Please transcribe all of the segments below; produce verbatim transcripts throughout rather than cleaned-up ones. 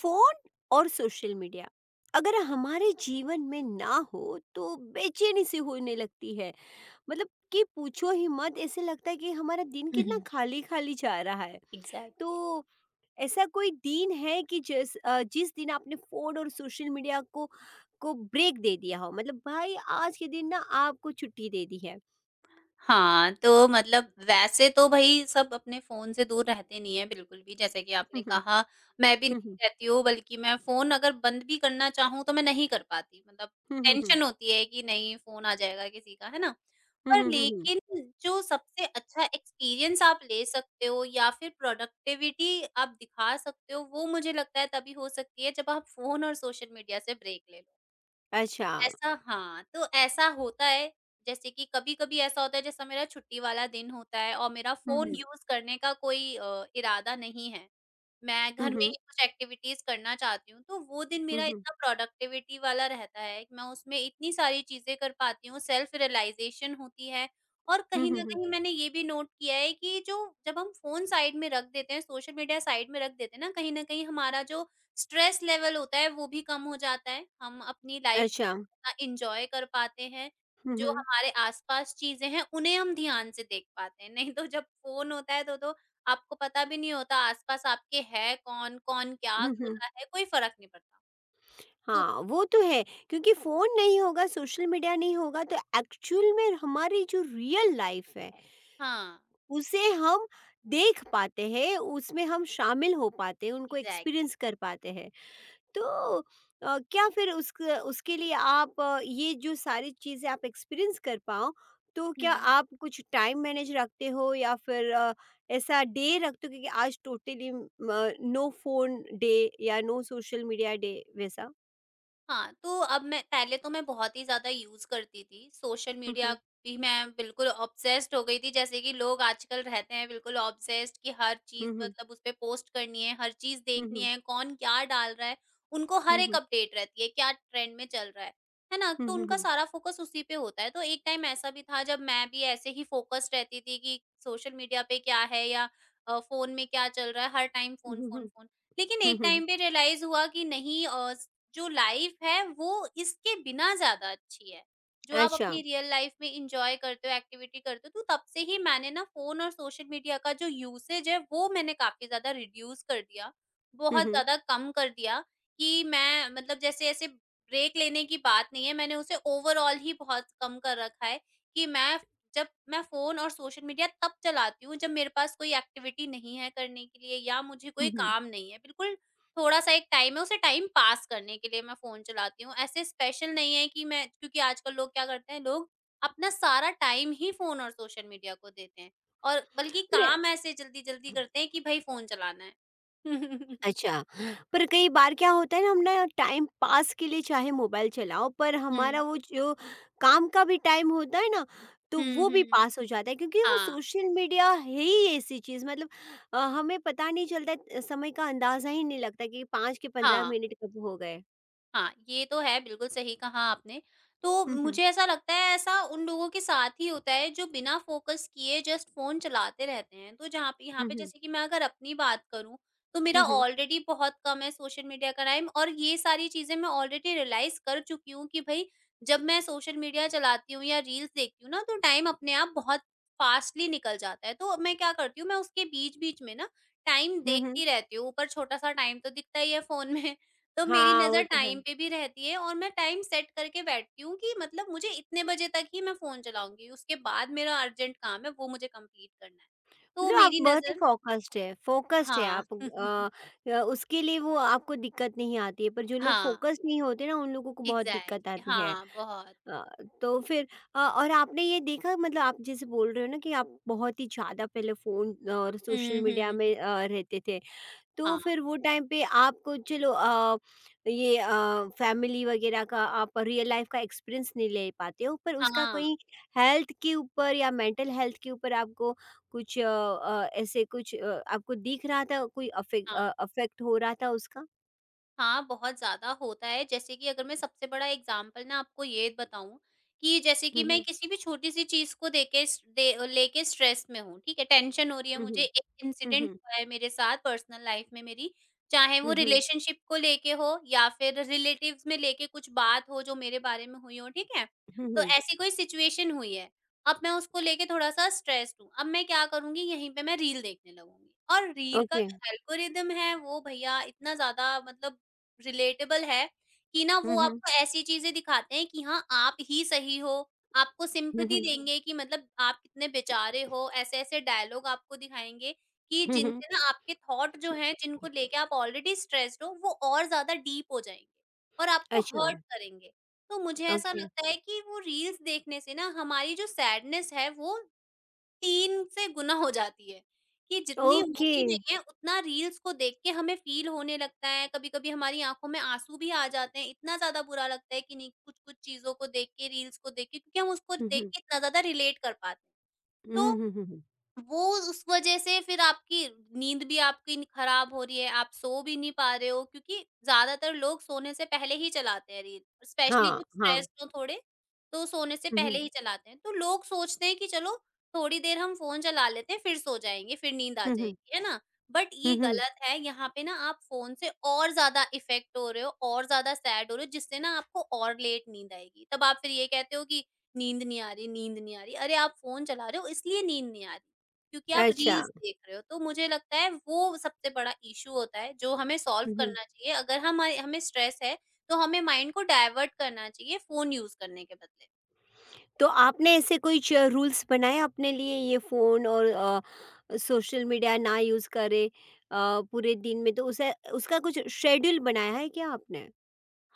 Phone और social media अगर हमारे जीवन में ना हो तो बेचैनी सी होने लगती है। मतलब कि पूछो ही मत, ऐसे लगता है कि हमारा दिन हुँ, कितना हुँ। खाली खाली जा रहा है। एग्ज़ैक्ट। तो ऐसा कोई दिन है कि जिस अ, जिस दिन आपने फोन और सोशल मीडिया को को ब्रेक दे दिया हो, मतलब भाई आज के दिन ना आपको छुट्टी दे दी है। हाँ, तो मतलब वैसे तो भई सब अपने फ़ोन से दूर रहते नहीं हैं बिल्कुल भी, जैसे कि आपने हम्म, हम्म, कहा। मैं भी हम्म, नहीं रहती हूँ, बल्कि मैं फ़ोन अगर बंद भी करना चाहूँ तो मैं नहीं कर पाती, मतलब हम्म, टेंशन होती है कि नहीं फ़ोन आ जाएगा किसी का, है ना? पर हम्म, हम्म। हम्म, हम्म, लेकिन जो सबसे अच्छा एक्सपीरियंस आप ले सकते हो या फिर प्रोडक्टिविटी आप दिखा सकते हो, वो मुझे लगता है तभी हो सकती है जब आप फ़ोन और सोशल मीडिया से ब्रेक ले लो। अच्छा। ऐसा हाँ, तो ऐसा होता है, जैसे कि कभी-कभी ऐसा होता है जैसा मेरा छुट्टी वाला दिन होता है और मेरा हम्म, फ़ोन हम्म, यूज़ करने का कोई अ, इरादा नहीं है। मैं घर में हम्म, ही कुछ एक्टिविटीज़ करना चाहती हूँ, तो वो दिन हम्म, मेरा हम्म, इतना प्रोडक्टिविटी वाला रहता है कि मैं उसमें इतनी सारी चीज़ें कर पाती हूँ, सेल्फ रियलाइज़ेशन होती है। और कहीं हम्म, न हम्म, कहीं मैंने ये भी नोट किया है कि जो जब हम फ़ोन साइड में रख देते हैं, सोशल मीडिया साइड में रख देते हैं ना, कहीं न कहीं हमारा जो स्ट्रेस लेवल होता है, वो भी कम हो जाता है। हम अपनी लाइफ़ अच्छा। थोड़ा-सा एन्जॉय कर पाते हैं। हम्म, जो हम्म, हमारे आस-पास चीज़ें हैं, उन्हें हम ध्यान से देख पाते हैं, नहीं तो जब फ़ोन होता है तो तो आपको पता भी नहीं होता आसपास आपके है कौन, कौन क्या कर हम्म, रहा है, कोई फ़र्क नहीं पड़ता। तो हाँ, वो तो है। क्योंकि फ़ोन नहीं होगा, सोशल मीडिया नहीं होगा, तो एक्चुअल में हमारी जो रियल लाइफ़ है, हाँ। उसे हम देख पाते हैं, उसमें हम शामिल हो पाते हैं, उनको एग्ज़ैक्टली। एक्सपीरियंस कर पाते हैं। तो अ, क्या फिर उसक उसके लिए आप, अ, ये जो सारी चीज़ें आप एक्सपीरियंस कर पाओ, तो हुँ। क्या आप कुछ टाइम मैनेज रखते हो, या फिर अ, ऐसा डे रखते हो क्योंकि आज टोटली म नो फ़ोन डे या नो सोशल मीडिया डे वैसा? हाँ, तो अब मैं पहले तो मैं बहुत ही ज़्यादा यूज़ करती थी, सोशल हुँ, मीडिया हुँ। की मैं बिल्कुल ऑब्सेस्ड हो गई थी, जैसे कि लोग आजकल रहते हैं बिल्कुल ऑब्सेस्ड कि हर हुँ, चीज़ हुँ। मतलब उस पे पोस्ट करनी है, हर चीज़ हुँ, देखनी हुँ। है, कौन क्या डाल रहा है, उनको हर हुँ, एक हुँ। अपडेट रहती है, क्या ट्रेंड में चल रहा है, है ना? हुँ, तो हुँ, उनका हुँ। सारा फ़ोकस उसी पे होता है, तो एक टाइम ऐसा भी था जब मैं भी ऐसे ही फ़ोकस्ड रहती थी कि सोशल मीडिया पे क्या है या अ, फ़ोन में क्या चल रहा है, हर टाइम हुँ, फ़ोन, हुँ, फ़ोन, हुँ। फ़ोन। लेकिन हुँ, एक हुँ। टाइम पे रियलाइज़ हुआ कि नहीं अ, जो लाइफ है वो इसके बिना ज़्यादा अच्छी है। जो आप अच्छा। अपनी रियल लाइफ में एन्जॉय करते हो, एक्टिविटी करते हो, तो तब से ही मैंने ना फ़ोन और सोशल मीडिया का जो यूसेज है वो मैंने काफ़ी ज़्यादा रिड्यूस कर दिया। हुँ, बहुत हुँ। ज़्यादा कम कर दिया कि मैं मतलब जैसे ऐसे ब्रेक लेने की बात नहीं है, मैंने उसे ओवरऑल ही बहुत कम कर रखा है कि मैं जब मैं फ़ोन और सोशल मीडिया तब चलाती हूँ जब मेरे पास कोई एक्टिविटी नहीं है करने के लिए या मुझे हुँ, कोई हुँ। काम नहीं है। बिल्कुल थोड़ा-सा एक टाइम है, उसे टाइम पास करने के लिए मैं फ़ोन चलाती हूँ। ऐसे स्पेशल नहीं है कि मैं क्योंकि आजकल लोग क्या करते हैं, लोग अपना सारा टाइम ही फ़ोन और सोशल मीडिया को देते हैं और बल्कि पर। काम ऐसे जल्दी-जल्दी करते हैं कि भई फ़ोन चलाना है। हुँ, अच्छा। पर कई बार क्या होता है ना, हम ना टाइम पास के लिए चाहे मोबाइल चलाओ, पर हमारा हुँ, वो जो काम का भी टाइम होता है ना, तो हुँ, वो भी हुँ, हुँ, पास हो जाता है, क्योंकि वो हाँ, सोशल मीडिया है ही ऐसी चीज़। मतलब अ, हमें पता नहीं चलता, अ, समय का अंदाज़ा ही नहीं लगता कि पाँच के पंद्रह हाँ। मिनट कब हो गए। हाँ, ये तो है, बिल्कुल सही कहा आपने। तो हुँ, हुँ। मुझे ऐसा लगता है ऐसा उन लोगों के साथ ही होता है जो बिना फ़ोकस किए जस्ट फ़ोन चलाते रहते हैं। तो जहाँ पे यहाँ हुँ, पे हुँ। जैसे कि मैं अगर अपनी बात करूँ, तो मेरा हुँ, हुँ। ऑलरेडी बहुत कम है सोशल मीडिया का टाइम और ये सारी चीज़ें मैं ऑलरेडी रियलाइज़ कर चुकी हूँ कि भई जब मैं सोशल मीडिया चलाती हूँ या रील्स देखती हूँ ना, तो टाइम अपने आप बहुत फ़ास्टली निकल जाता है। तो मैं क्या करती हूँ, मैं उसके बीच-बीच में ना टाइम हुँ, हुँ। देखती रहती हूँ। ऊपर छोटा-सा टाइम तो दिखता ही है फ़ोन में, तो मेरी हाँ, वो नज़र तो है। टाइम पे भी रहती है और मैं टाइम सेट करके बैठती हूँ कि मतलब मुझे इतने बजे तक ही मैं फ़ोन चलाऊँगी, उसके बाद मेरा अर्जेंट काम है वो मुझे कंप्लीट करना है। तो मतलब आप मेरी बहुत ही नज़र फ़ोकस्ड है, फ़ोकस्ड है हाँ। आप, अ, अ, उसके लिए वो आपको दिक्कत नहीं आती है, पर जो लोग हाँ, फ़ोकस्ड नहीं होते ना, उन लोगों को बहुत दिक्कत एग्ज़ैक्टली आती है। हाँ, बहुत। अ, तो फिर अ, और आपने ये देखा, मतलब आप जैसे बोल रहे हो ना कि आप बहुत ही ज़्यादा पहले फ़ोन और सोशल हुँ, मीडिया हुँ, हुँ। में अ, रहते थे। तो हाँ, फिर वो टाइम पे आपको, चलो अ, ये, अ, फ़ैमिली वगैरह का आप रियल लाइफ़ का एक्सपीरियंस नहीं ले पाते हो, पर हाँ, उसका हाँ। कोई हेल्थ के ऊपर या मेंटल हेल्थ के ऊपर आपको कुछ अ अ, ऐसे कुछ अ, आपको दिख रहा था, कोई अफेक अ, अफ़ेक्ट हो रहा था उसका? हाँ, बहुत ज़्यादा होता है। जैसे कि अगर मैं सबसे बड़ा एग्ज़ाम्पल ना आपको ये बताऊँ कि जैसे कि हुँ, मैं हुँ। किसी भी छोटी-सी चीज़ को देके स दे लेके स्ट्रेस में हूँ, ठीक है? टेंशन हो रही है हुँ, मुझे। हुँ। एक हुँ, इंसिडेंट हुँ। हुआ है मेरे साथ पर्सनल लाइफ़ में मेरी, चाहे वो हुँ, हुँ। रिलेशनशिप को लेके हो या फिर रिलेटिव्स में लेके कुछ बात हो जो मेरे बारे में हुई हो, ठीक है? हुँ, तो हुँ। ऐसी कोई सिचुएशन हुई है। अब मैं उसको लेके थोड़ा-सा स्ट्रेस्ड हूँ। अब मैं क्या करूँगी, यहीं पे मैं रील देखने लगूँगी और रील का ओके। जो एल्गोरिदम है वो भईया इतना ज़्यादा मतलब रिलेटेबल है कि ना हुँ, वो हुँ। आपको ऐसी चीज़ें दिखाते हैं कि हाँ, आप ही सही हो, आपको हुँ, सिम्पैथी हुँ। देंगे कि मतलब आप कितने बेचारे हो, ऐसे-ऐसे डायलॉग आपको दिखाएँगे कि हुँ, हुँ। जिनसे ना आपके थॉट जो हैं, जिनको लेके आप ऑलरेडी स्ट्रेस्ड हो, वो और ज़्यादा डीप हो जाएँगे और आपको अच्छा। हर्ट करेंगे। तो मुझे ऐसा ओके। लगता है कि वो रील्स देखने से ना हमारी जो सैडनेस है, वो तीन से गुना हो जाती है, कि जितनी ओके। होती नहीं है उतना रील्स को देख के हमें फ़ील होने लगता है, कभी-कभी हमारी आँखों में आँसू भी आ जाते हैं, इतना ज़्यादा बुरा लगता है कि नहीं कुछ-कुछ चीज़ों को देख के, रील्स को देख के, क्योंकि हम उसको हुँ, देख हुँ। के इतना ज़्यादा रिलेट कर पाते हैं। तो हुँ, हुँ, हुँ, हुँ। वो उस वजह से फिर आपकी नींद भी आपकी न खराब हो रही है, आप सो भी नहीं पा रहे हो क्योंकि ज़्यादातर लोग सोने से पहले ही चलाते हैं रील, स्पेशली हाँ, जब हाँ। स्ट्रेस्ड हो थोड़े, तो सोने से हुँ, हुँ। पहले ही चलाते हैं। तो लोग सोचते हैं कि चलो थोड़ी देर हम फ़ोन चला लेते हैं, फिर सो जाएँगे, फिर नींद आ हुँ, हुँ। जाएगी, है ना? बट हुँ, ये हुँ। गलत है, यहाँ पे ना आप फ़ोन से और ज़्यादा इफ़ेक्ट हो रहे हो, और ज़्यादा सैड हो रहे हो, जिससे ना आपको और लेट नींद आएगी। तब आप फिर ये कहते हो कि नींद नहीं आ रही, नींद नहीं आ रही। अरे! आप फ़ोन चला रहे हो इसलिए नींद नहीं आ रही। क्योंकि आप अच्छा। रील्स देख रहे हो। तो मुझे लगता है वो सबसे बड़ा इश्यू होता है जो हमें सॉल्व हुँ, हुँ। करना चाहिए। अगर हमारे हमें स्ट्रेस है तो हमें माइंड को डायवर्ट करना चाहिए फ़ोन यूज़ करने के बदले। तो आपने ऐसे कोई च रूल्स बनाए अपने लिए, ये फ़ोन और अ, सोशल मीडिया ना यूज़ करे अ, पूरे दिन में, तो उसे उसका कुछ शेड्यूल बनाया है क्या आपने?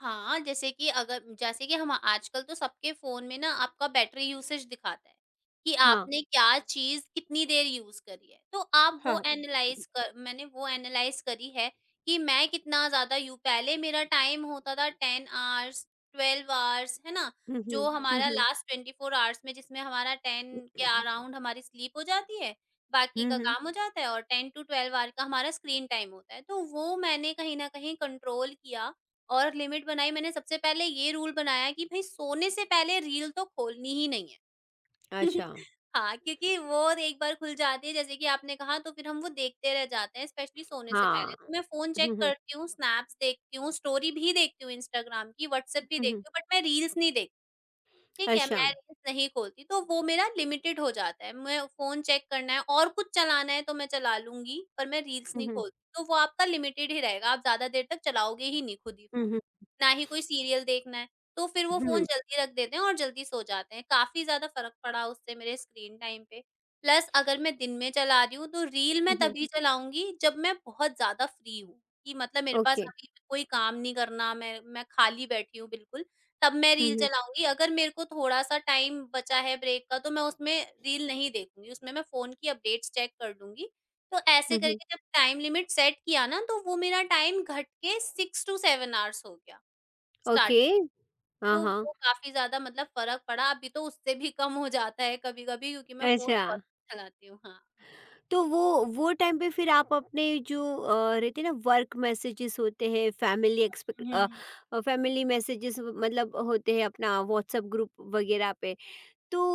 हाँ, जैसे कि अगर जैसे कि हम आजकल तो सबके फ़ोन में ना आपका बैटरी यूसेज दिखाता है, कि हाँ। आपने क्या चीज़ कितनी देर यूज़ करी है। तो आप वो हुँ। हाँ। एनालाइज़ कर मैंने वो एनालाइज़ करी है कि मैं कितना ज़्यादा यू पहले मेरा टाइम होता था टेन आवर्स, ट्वेल्व आवर्स, है ना? हुँ, जो हुँ। हुँ। हुँ, हमारा हुँ। लास्ट ट्वेंटी फ़ोर आवर्स में जिसमें हमारा टेन के अराउंड हमारी स्लीप हो जाती है, बाकी हुँ, का हुँ। काम हो जाता है और टेन टू ट्वेल्व आवर का हमारा स्क्रीन टाइम होता है। तो वो मैंने कहीं न कहीं कंट्रोल किया और लिमिट बनाई। मैंने सबसे पहले ये रूल बनाया कि भई सोने से पहले रील तो खोलनी ही नहीं है। अच्छा। हाँ, क्योंकि वो एक बार खुल जाती है, जैसे कि आपने कहा, तो फिर हम वो देखते रह जाते हैं स्पेशली सोने से हाँ। पहले। तो मैं फ़ोन चेक हुँ, हुँ। करती हूँ, स्नैप्स देखती हूँ, स्टोरी भी देखती हूँ इंस्टाग्राम की, हुँ, व्हाट्सएप भी हुँ। देखती हूँ, बट मैं रील्स नहीं देखती। ठीक है, अच्छा। मैं रील्स नहीं खोलती तो वो मेरा लिमिटेड हो जाता है। मैं फ़ोन चेक करना है और कुछ चलाना है तो मैं चला लूँगी, पर मैं रील्स हुँ, नहीं हुँ। खोलती। तो वो आपका लिमिटेड ही रहेगा, आप ज़्यादा देर तक चलाओगे ही नहीं खुद ही हुँ, फ़ोन, हुँ। ना ही कोई सीरियल देखना है। तो फिर वो फ़ोन हुँ। जल्दी रख देते हैं और जल्दी सो जाते हैं। काफ़ी ज़्यादा फ़र्क पड़ा उससे मेरे स्क्रीन टाइम पे। प्लस अगर मैं दिन में चला रही हूँ तो रील हुँ, मैं हुँ। तभी चलाऊँगी जब मैं बहुत ज़्यादा फ्री हूँ, कि मतलब मेरे पास ओके। अभी कोई काम नहीं करना, मैं मैं खाली बैठी हूँ बिल्कुल। तब मैं हुँ, रील हुँ। चलाऊँगी, अगर मेरे को थोड़ा-सा टाइम बचा है ब्रेक का तो मैं उसमें रील नहीं देखूँगी, उसमें मैं फ़ोन की अपडेट्स चेक कर लूँगी। तो हुँ, ऐसे हुँ। करके जब टाइम लिमिट सेट किया ना, तो वो मेरा टाइम घट के सिक्स टू सेवन आवर्स हो गया ओके। स्टार्टिंग। हाँ, तो हाँ। वो काफ़ी ज़्यादा मतलब फ़र्क पड़ा, अभी तो उससे भी कम हो जाता है कभी-कभी, क्योंकि मैं फ़ोन अच्छा। बहुत चलाती हूँ। हाँ। तो वो वो टाइम पे फिर आप अपने जो अ, रहते हैं ना, वर्क मैसेजेस होते हैं, फैमिली एक्सपेक्ट हुँ। फैमिली मैसेजेस मतलब होते हैं, अपना व्हाट्सएप ग्रुप वगैरह पे, तो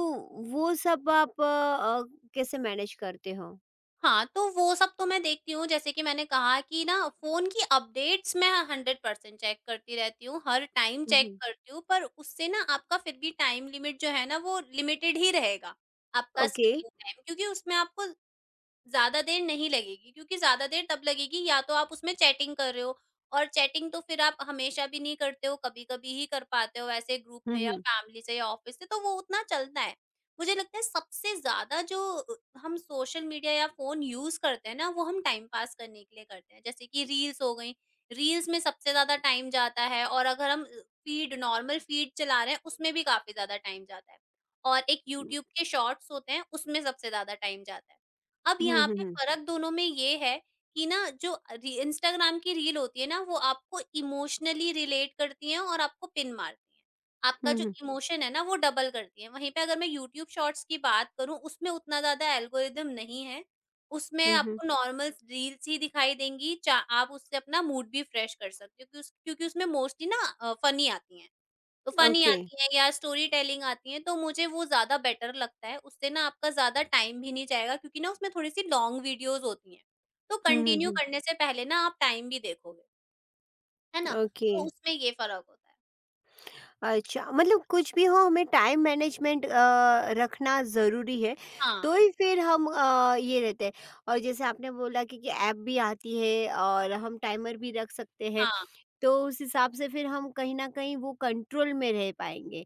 वो सब आप अ, अ, कैसे मैनेज करते हो? हाँ, तो वो सब तो मैं देखती हूँ, जैसे कि मैंने कहा कि ना फ़ोन की अपडेट्स मैं हंड्रेड परसेंट चेक करती रहती हूँ, हर टाइम चेक हम्म। करती हूँ, पर उससे ना आपका फिर भी टाइम लिमिट जो है ना वो लिमिटेड ही रहेगा, आपका ओके। स्क्रीन टाइम, क्योंकि उसमें आपको ज़्यादा देर नहीं लगेगी। क्योंकि ज़्यादा देर तब लगेगी या तो आप उसमें चैटिंग कर रहे हो, और चैटिंग तो फिर आप हमेशा भी नहीं करते हो, कभी-कभी ही कर पाते हो ऐसे ग्रुप में या हम्म। फैमिली से या ऑफिस से, तो वो उतना चलता है। मुझे लगता है सबसे ज़्यादा जो अ, हम सोशल मीडिया या फ़ोन यूज़ करते हैं ना, वो हम टाइम पास करने के लिए करते हैं। जैसे कि रील्स हो गई, रील्स में सबसे ज़्यादा टाइम जाता है और अगर हम अ, फ़ीड नॉर्मल फ़ीड चला रहे हैं, उसमें भी काफ़ी ज़्यादा टाइम जाता है। और एक हम्म। यूट्यूब के शॉर्ट्स होते हैं, उसमें सबसे ज़्यादा टाइम जाता है। अब हम्म। यहाँ पे हम्म। फ़र्क दोनों में ये है कि ना जो री इंस्टाग्राम की रील होती है ना, वो आपको इमोशनली रिलेट करती हैं और आपको पिन मारती हैं। आपका जो हम्म। इमोशन है ना, वो डबल करती हैं। वहीं पे अगर मैं यूट्यूब शॉर्ट्स की बात करूँ, उसमें उतना ज़्यादा एल्गोरिदम नहीं है। उसमें हम्म। हम्म, आपको नॉर्मल रील्स ही दिखाई देंगी, चा आप उससे अपना मूड भी फ्रेश कर सकते हो क्योंकि उस क्योंकि उसमें मोस्टली ना अ, फ़नी आती हैं। तो फनी ओके। आती हैं या स्टोरी टेलिंग आती है, तो मुझे वो ज़्यादा बेटर लगता है। उससे ना आपका ज़्यादा टाइम भी नहीं जाएगा क्योंकि ना उसमें थोड़ी-सी लॉन्ग वीडियोज़ होती हैं, तो हम्म। हम्म। कंटिन्यू हम्म, करने से पहले ना आप टाइम भी देखोगे, है ना? ओके। तो उसमें ये फ़र्क होता है। अच्छा, मतलब कुछ भी हो हमें टाइम मैनेजमेंट अ, रखना ज़रूरी है, हाँ, तो ही फिर हम अ, ये रहते हैं। और जैसे आपने बोला कि कि ऐप भी आती है और हम टाइमर भी रख सकते हैं, हाँ, तो उस हिसाब से फिर हम कहीं न कहीं वो कंट्रोल में रह पाएँगे।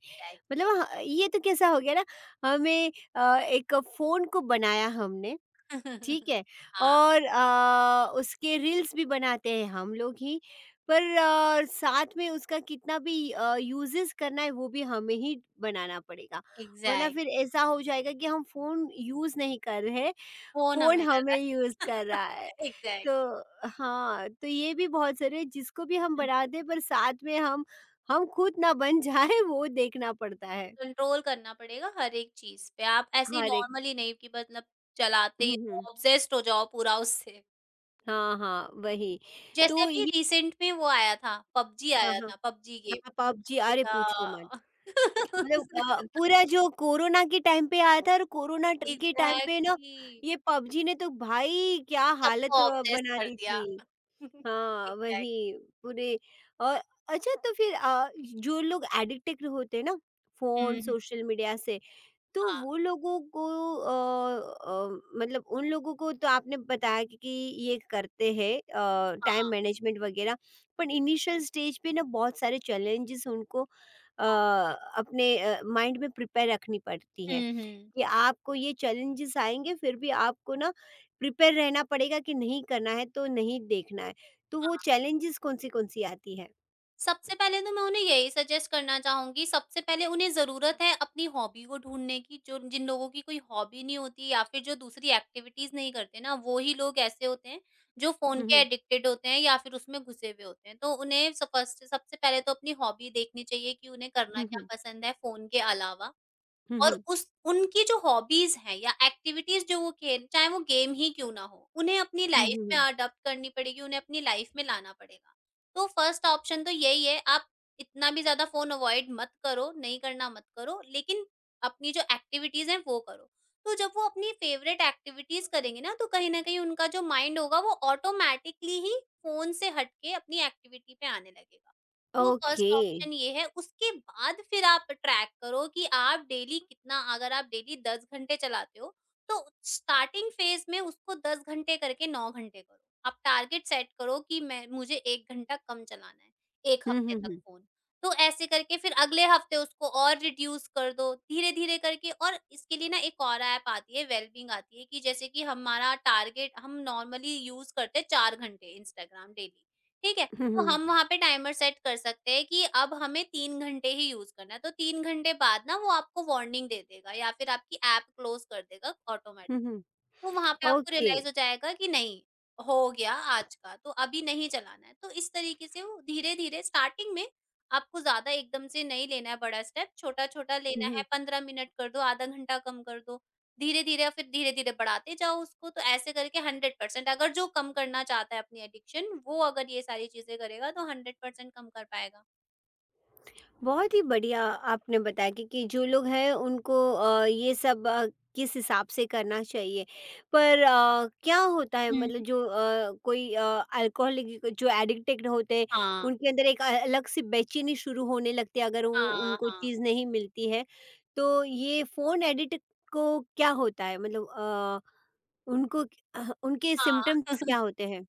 मतलब ह ये तो कैसा हो गया ना, हमें अ, एक फ़ोन को बनाया हमने, एग्ज़ैक्ट। ठीक है, हाँ, और अ, उसके रील्स भी बनाते हैं हम लोग ही, पर अ, साथ में उसका कितना भी यूजेस करना है वो भी हमें ही बनाना पड़ेगा। वरना एग्ज़ैक्ट। फिर ऐसा हो जाएगा कि हम फोन यूज नहीं कर रहे, फ़ोन फोन हमें कर रहा हमें यूज है। कर रहा है। एग्ज़ैक्टली। तो हाँ, तो ये भी बहुत जरूरी है, जिसको भी हम हुँ। बना दें पर साथ में हम हम खुद ना बन जाए वो देखना पड़ता है। कंट्रोल करना पड़ेगा हर एक चीज़ पे। आप ऐसे ही हर एक। नॉर्मली नहीं कि मतलब चलाते हम्म, ही हम्म, ऑब्सेस्ड हो जाओ पूरा उससे। हाँ हाँ वही। जैसे तो अभी ये। रिसेंट में वो आया था, पबजी हाँ आया हाँ। था, पबजी गेम। हाँ, पबजी अरे पूछो मत। या मतलब अ, पूरा जो कोरोना के टाइम पे आया था, और कोरोना ट के टाइम पे ना एग्ज़ैक्टली। ये पबजी ने तो भाई क्या सबको हालत अ, ऑब्सेस्ड बना कर दी दिया। थी। हाँ, एग्ज़ैक्ट। वही। पूरे। और अच्छा, तो फिर अ, जो लोग एडिक्टेड होते हैं ना फ़ोन, हुँ, हुँ। सोशल मीडिया से, तो हाँ, वो लोगों को अ अ, मतलब उन लोगों को तो आपने बताया कि, कि ये करते हैं अ, टाइम हाँ, मैनेजमेंट वगैरह, पर हुँ, इनिशियल स्टेज पे ना बहुत सारे चैलेंजेस उनको अ, हाँ। अपने अ, माइंड में प्रिपेयर रखनी पड़ती है हुँ, हुँ। कि आपको ये चैलेंजेस आएंगे, फिर भी आपको ना प्रिपेयर रहना पड़ेगा कि नहीं करना है तो नहीं देखना है। तो वो हाँ। चैलेंजेस कौन-सी कौन-सी आती है? सबसे पहले तो मैं उन्हें यही सजेस्ट करना चाहूँगी, सबसे पहले उन्हें ज़रूरत है अपनी हॉबी को ढूँढने की, जो जिन लोगों की कोई हॉबी नहीं होती या फिर जो दूसरी एक्टिविटीज़ नहीं करते ना, वो ही लोग ऐसे होते हैं, जो फ़ोन हुँ, के हुँ। एडिक्टेड होते हैं या फिर उसमें घुसे हुए होते हैं। तो उन्हें स फर्स्ट सबसे पहले तो अपनी हॉबी देखनी चाहिए कि उन्हें करना हुँ, क्या हुँ। पसंद है फ़ोन के अलावा। हुँ, और हुँ। उस उनकी जो हॉबीज़ हैं या एक्टिविटीज़ जो वो खेल चाहे वो गेम ही क्यों ना हो, उन्हें अपनी हुँ, हुँ, लाइफ़ में हुँ। अडॉप्ट करनी पड़ेगी, उन्हें अपनी लाइफ़ में लाना पड़ेगा। तो फर्स्ट ऑप्शन तो यही है, आप इतना भी ज़्यादा फ़ोन अवॉइड मत करो, नहीं करना मत करो, लेकिन अपनी जो एक्टिविटीज़ हैं वो करो। तो जब वो अपनी फ़ेवरेट एक्टिविटीज़ करेंगे ना, तो कहीं न कहीं उनका जो माइंड होगा वो ऑटोमैटिकली ही फ़ोन से हट के अपनी एक्टिविटी पे आने लगेगा। वो ओके। फर्स्ट ऑप्शन ये है, उसके बाद फिर आप ट्रैक करो कि आप डेली कितना अगर आप डेली दस घंटे चलाते हो, तो स्टार्टिंग फ़ेज़ में उसको दस घंटे करके नौ घंटे करो। आप टारगेट सेट करो कि मैं मुझे एक घंटा कम चलाना है, एक हुँ, हफ्ते हुँ, तक हुँ। फ़ोन। तो ऐसे करके फिर अगले हफ्ते उसको और रिड्यूस कर दो, धीरे-धीरे करके और इसके लिए ना एक और ऐप आती है, वेलबीइंग आती है कि जैसे कि हमारा टारगेट हम नॉर्मली यूज़ करते हैं चार घंटे इंस्टाग्राम डेली, ठीक है? हुँ, तो हुँ। हम वहाँ पे टाइमर सेट कर सकते हैं कि अब हमें तीन घंटे ही यूज़ करना है, तो तीन घंटे बाद ना वो आपको वार्निंग दे देगा या फिर आपकी ऐप क्लोज़ कर देगा ऑटोमेटिक। हुँ, हुँ। तो वहाँ पे आपको ओके। रियलाइज़ हो जाएगा कि नहीं, हो गया आज का, तो अभी नहीं चलाना है। तो इस तरीके से वो धीरे-धीरे स्टार्टिंग में आपको ज़्यादा एकदम से नहीं लेना है बड़ा स्टेप, छोटा-छोटा लेना हम्म। है, पंद्रह मिनट कर दो, आधा घंटा कम कर दो। धीरे-धीरे और फिर धीरे-धीरे बढ़ाते जाओ उसको, तो ऐसे करके हंड्रेड परसेंट अगर जो कम करना चाहता है अपनी एडिक्शन, वो अगर ये सारी चीज़ें करेगा तो हंड्रेड परसेंट कम कर पाएगा। बहुत ही बढ़िया आपने बताया कि, कि जो लोग हैं उनको अ, ये सब अ, किस हिसाब से करना चाहिए, पर अ, क्या होता है हुँ। मतलब जो अ, कोई अल्कोहलिक जो एडिक्टेड होते हैं हाँ, उनके अंदर एक अ- अलग सी बेचैनी शुरू होने लगती है अगर वो हाँ, उनको हाँ, चीज़ नहीं मिलती है, तो ये फ़ोन एडिक्ट को क्या होता है, मतलब अ, उनको अ, उनके हाँ। सिम्टम्स क्या होते हैं।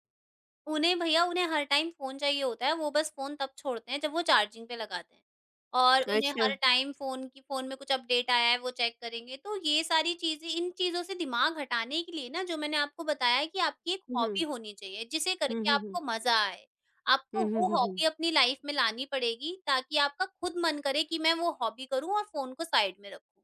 उन्हें भैया उन्हें हर टाइम फ़ोन चाहिए होता है, वो बस फ़ोन तब छोड़ते हैं जब वो चार्जिंग पे लगाते हैं। और उन्हें अच्छा। हर टाइम फ़ोन की फ़ोन में कुछ अपडेट आया है वो चेक करेंगे, तो ये सारी चीज़ें इन चीज़ों से दिमाग हटाने के लिए ना जो मैंने आपको बताया कि आपकी एक हम्म। हॉबी होनी चाहिए, जिसे हम्म, करके हम्म, हम्म। आपको मज़ा आए। आपको हम्म, वो हम्म, हम्म। हॉबी अपनी लाइफ़ में लानी पड़ेगी ताकि आपका खुद मन करे कि मैं वो हॉबी करूँ और फ़ोन को साइड में रखूँ।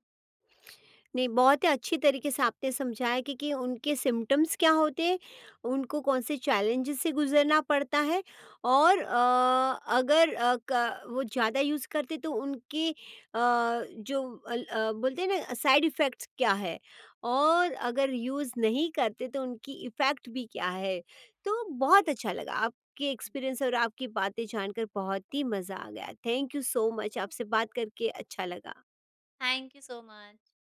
नहीं, बहुत ही अच्छी तरीके से आपने समझाया कि, कि उनके सिम्पटम्स क्या होते हैं, उनको कौन से चैलेंजेस से गुज़रना पड़ता है, और अ, अगर अ, क वो ज़्यादा यूज़ करते तो उनके अ, जो अल अ, बोलते हैं ना साइड इफ़ेक्ट्स क्या है, और अगर यूज़ नहीं करते तो उनकी इफ़ेक्ट भी क्या है। तो बहुत अच्छा लगा, आपके एक्सपीरियंस और आपकी बातें जानकर बहुत ही मज़ा आ गया। थैंक यू सो मच, आपसे बात करके अच्छा लगा। Thank you so much.